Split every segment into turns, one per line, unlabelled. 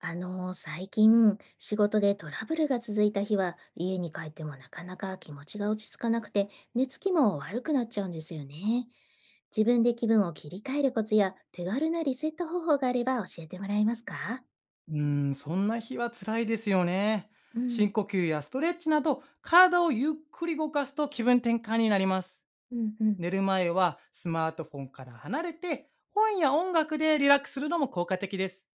最近、仕事でトラブルが続いた日は、家に帰ってもなかなか気持ちが落ち着かなくて、寝つきも悪くなっちゃうんですよね。自分で気分を切り替えるコツや、手軽なリセット方法があれば教えてもらえますか？
うーん、そんな日は辛いですよね。
うん、
深呼吸やストレッチなど、体をゆっくり動かすと気分転換になります。
うん、うん。
寝る前はスマートフォンから離れて、本や音楽でリラックスするのも効果的です。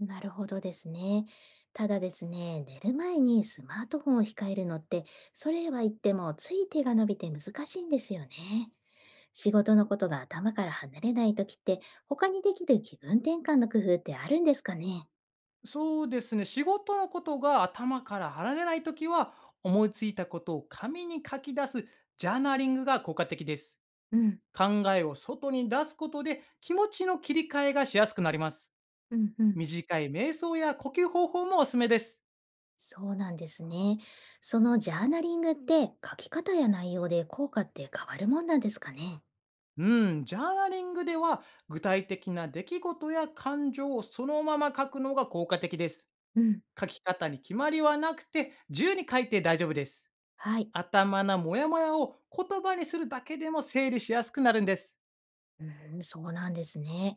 なるほどですね。ただですね、寝る前にスマートフォンを控えるのって、それは言ってもつい手が伸びて難しいんですよね。仕事のことが頭から離れない時って、他にできる気分転換の工夫ってあるんですかね？
そうですね、仕事のことが頭から離れないときは、思いついたことを紙に書き出すジャーナリングが効果的です。
うん、
考えを外に出すことで気持ちの切り替えがしやすくなります。
うん、うん。
短い瞑想や呼吸方法もおすすめです。
そうなんですね。そのジャーナリングって書き方や内容で効果って変わるもんなんですかね？
うん、ジャーナリングでは具体的な出来事や感情をそのまま書くのが効果的です。
うん、
書き方に決まりはなくて自由に書いて大丈夫です。
はい。
頭のモヤモヤを言葉にするだけでも整理しやすくなるんです。
うん、そうなんですね。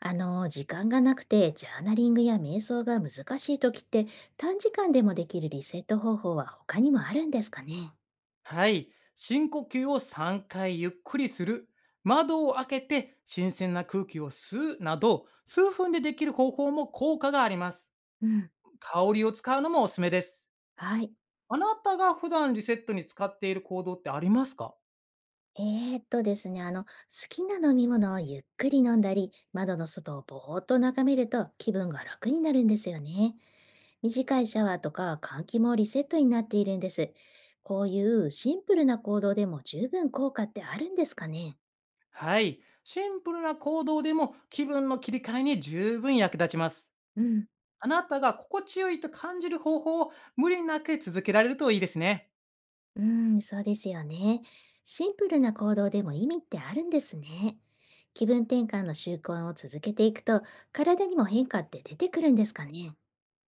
あの、時間がなくて、ジャーナリングや瞑想が難しい時って、短時間でもできるリセット方法は他にもあるんですかね？
はい。深呼吸を3回ゆっくりする。窓を開けて新鮮な空気を吸うなど、数分でできる方法も効果があります。
うん。
香りを使うのもおすすめです。
はい。
あなたが普段リセットに使っている行動ってありますか？
ですね、あの、好きな飲み物をゆっくり飲んだり、窓の外をぼーっと眺めると気分が楽になるんですよね。短いシャワーとか換気もリセットになっているんです。こういうシンプルな行動でも十分効果ってあるんですかね？
はい。シンプルな行動でも気分の切り替えに十分役立ちます。
うん。
あなたが心地よいと感じる方法を無理なく続けられるといいですね。
うん、そうですよね。シンプルな行動でも意味ってあるんですね。気分転換の習慣を続けていくと、体にも変化って出てくるんですかね？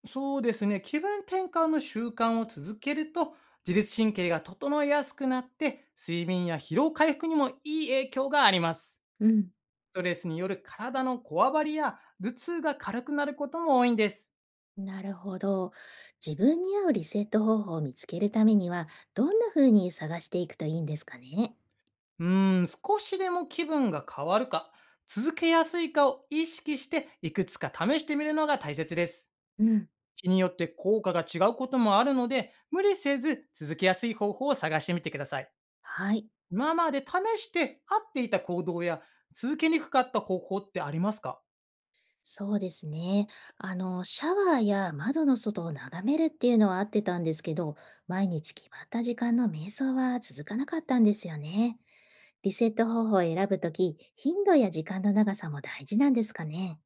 そうですね。気分転換の習慣を続けると自律神経が整いやすくなって、睡眠や疲労回復にもいい影響があります。
うん。
ストレスによる体のこわばりや頭痛が軽くなることも多いんです。
なるほど。自分に合うリセット方法を見つけるためには、どんな風に探していくといいんですかね？
うーん、少しでも気分が変わるか、続けやすいかを意識していくつか試してみるのが大切です。
うん。
日によって効果が違うこともあるので、無理せず続けやすい方法を探してみてください。
はい。
今まで試して合っていた行動や続けにくかった方法ってありますか？
そうですね。あの、シャワーや窓の外を眺めるっていうのは合ってたんですけど、毎日決まった時間の瞑想は続かなかったんですよね。リセット方法を選ぶとき、頻度や時間の長さも大事なんですかね？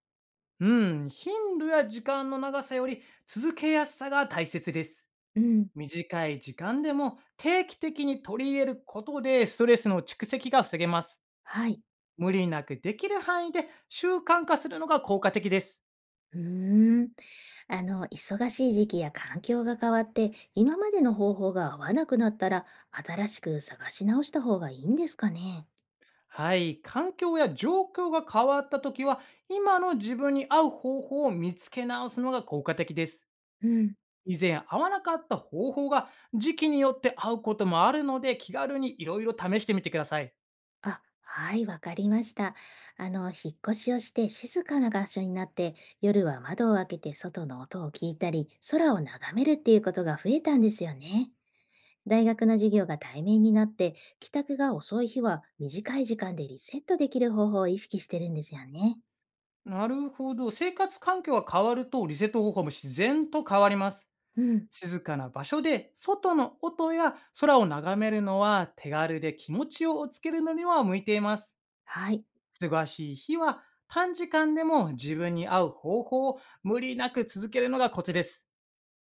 うん、頻度や時間の長さより続けやすさが大切です。
うん。
短い時間でも定期的に取り入れることで、ストレスの蓄積が防げます。
はい。
無理なくできる範囲で習慣化するのが効果的です。
うーん。あの、忙しい時期や環境が変わって、今までの方法が合わなくなったら、新しく探し直した方がいいんですかね？
はい、環境や状況が変わった時は、今の自分に合う方法を見つけ直すのが効果的です。
うん。
以前合わなかった方法が時期によって合うこともあるので、気軽にいろいろ試してみてください。
あ、はい、わかりました。あの、引っ越しをして静かな場所になって、夜は窓を開けて外の音を聞いたり、空を眺めるっていうことが増えたんですよね。大学の授業が対面になって、帰宅が遅い日は短い時間でリセットできる方法を意識してるんですよね。
なるほど。生活環境が変わると、リセット方法も自然と変わります。
うん。
静かな場所で外の音や空を眺めるのは、手軽で気持ちをつけるのには向いています。
はい。
忙しい日は、短時間でも自分に合う方法を無理なく続けるのがコツです。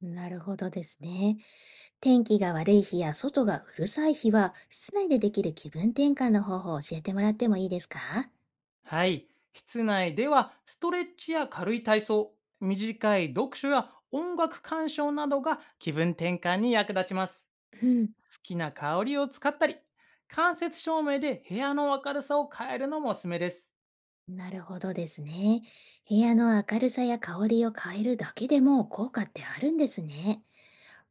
なるほどですね。天気が悪い日や外がうるさい日は、室内でできる気分転換の方法を教えてもらってもいいですか？
はい。室内ではストレッチや軽い体操、短い読書や音楽鑑賞などが気分転換に役立ちます。
うん、
好きな香りを使ったり、間接照明で部屋の明るさを変えるのもおすすめです。
なるほどですね。部屋の明るさや香りを変えるだけでも効果ってあるんですね。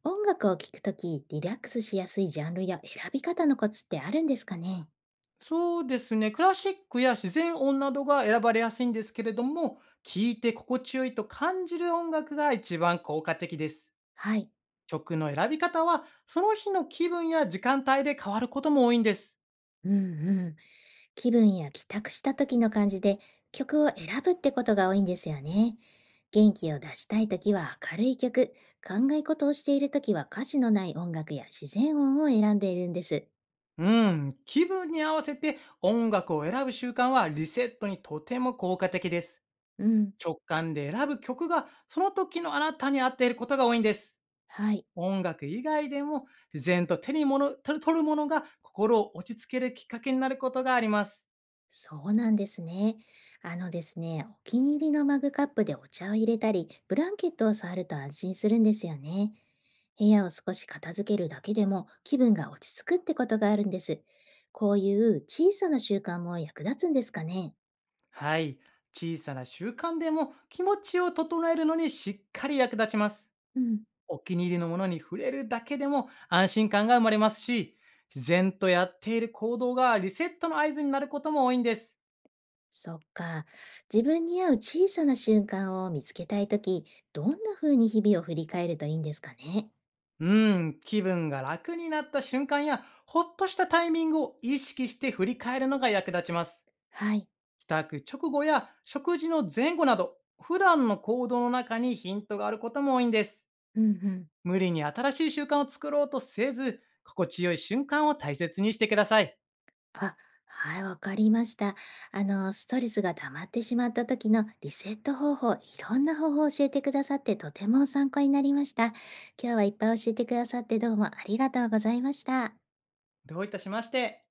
音楽を聴くとき、リラックスしやすいジャンルや選び方のコツってあるんですかね？
そうですね。クラシックや自然音などが選ばれやすいんですけれども、聴いて心地よいと感じる音楽が一番効果的です。
はい。
曲の選び方は、その日の気分や時間帯で変わることも多いんです。
うんうん。気分や帰宅した時の感じで曲を選ぶってことが多いんですよね。元気を出したい時は明るい曲、考え事をしている時は歌詞のない音楽や自然音を選んでいるんです。
うん、気分に合わせて音楽を選ぶ習慣は、リセットにとても効果的です。
うん。
直感で選ぶ曲が、その時のあなたに合っていることが多いんです。
はい。
音楽以外でも、自然と手に物取る取るものが心を落ち着けるきっかけになることがあります。
そうなんですね。あのですね、お気に入りのマグカップでお茶を入れたり、ブランケットを触ると安心するんですよね。部屋を少し片付けるだけでも気分が落ち着くってことがあるんです。こういう小さな習慣も役立つんですかね。
はい。小さな習慣でも気持ちを整えるのにしっかり役立ちます。
うん、
お気に入りのものに触れるだけでも安心感が生まれますし、自然とやっている行動がリセットの合図になることも多いんです。
そっか。自分に合う小さな瞬間を見つけたいとき、どんな風に日々を振り返るといいんですかね。
うん、気分が楽になった瞬間や、ほっとしたタイミングを意識して振り返るのが役立ちます。
はい。
帰宅直後や食事の前後など、普段の行動の中にヒントがあることも多いんです。
うんうん。
無理に新しい習慣を作ろうとせず、心地よい瞬間を大切にしてください。
あ、はい、わかりました。あの、ストレスが溜まってしまった時のリセット方法、いろんな方法を教えてくださってとても参考になりました。今日はいっぱい教えてくださってどうもありがとうございました。
どういたしまして。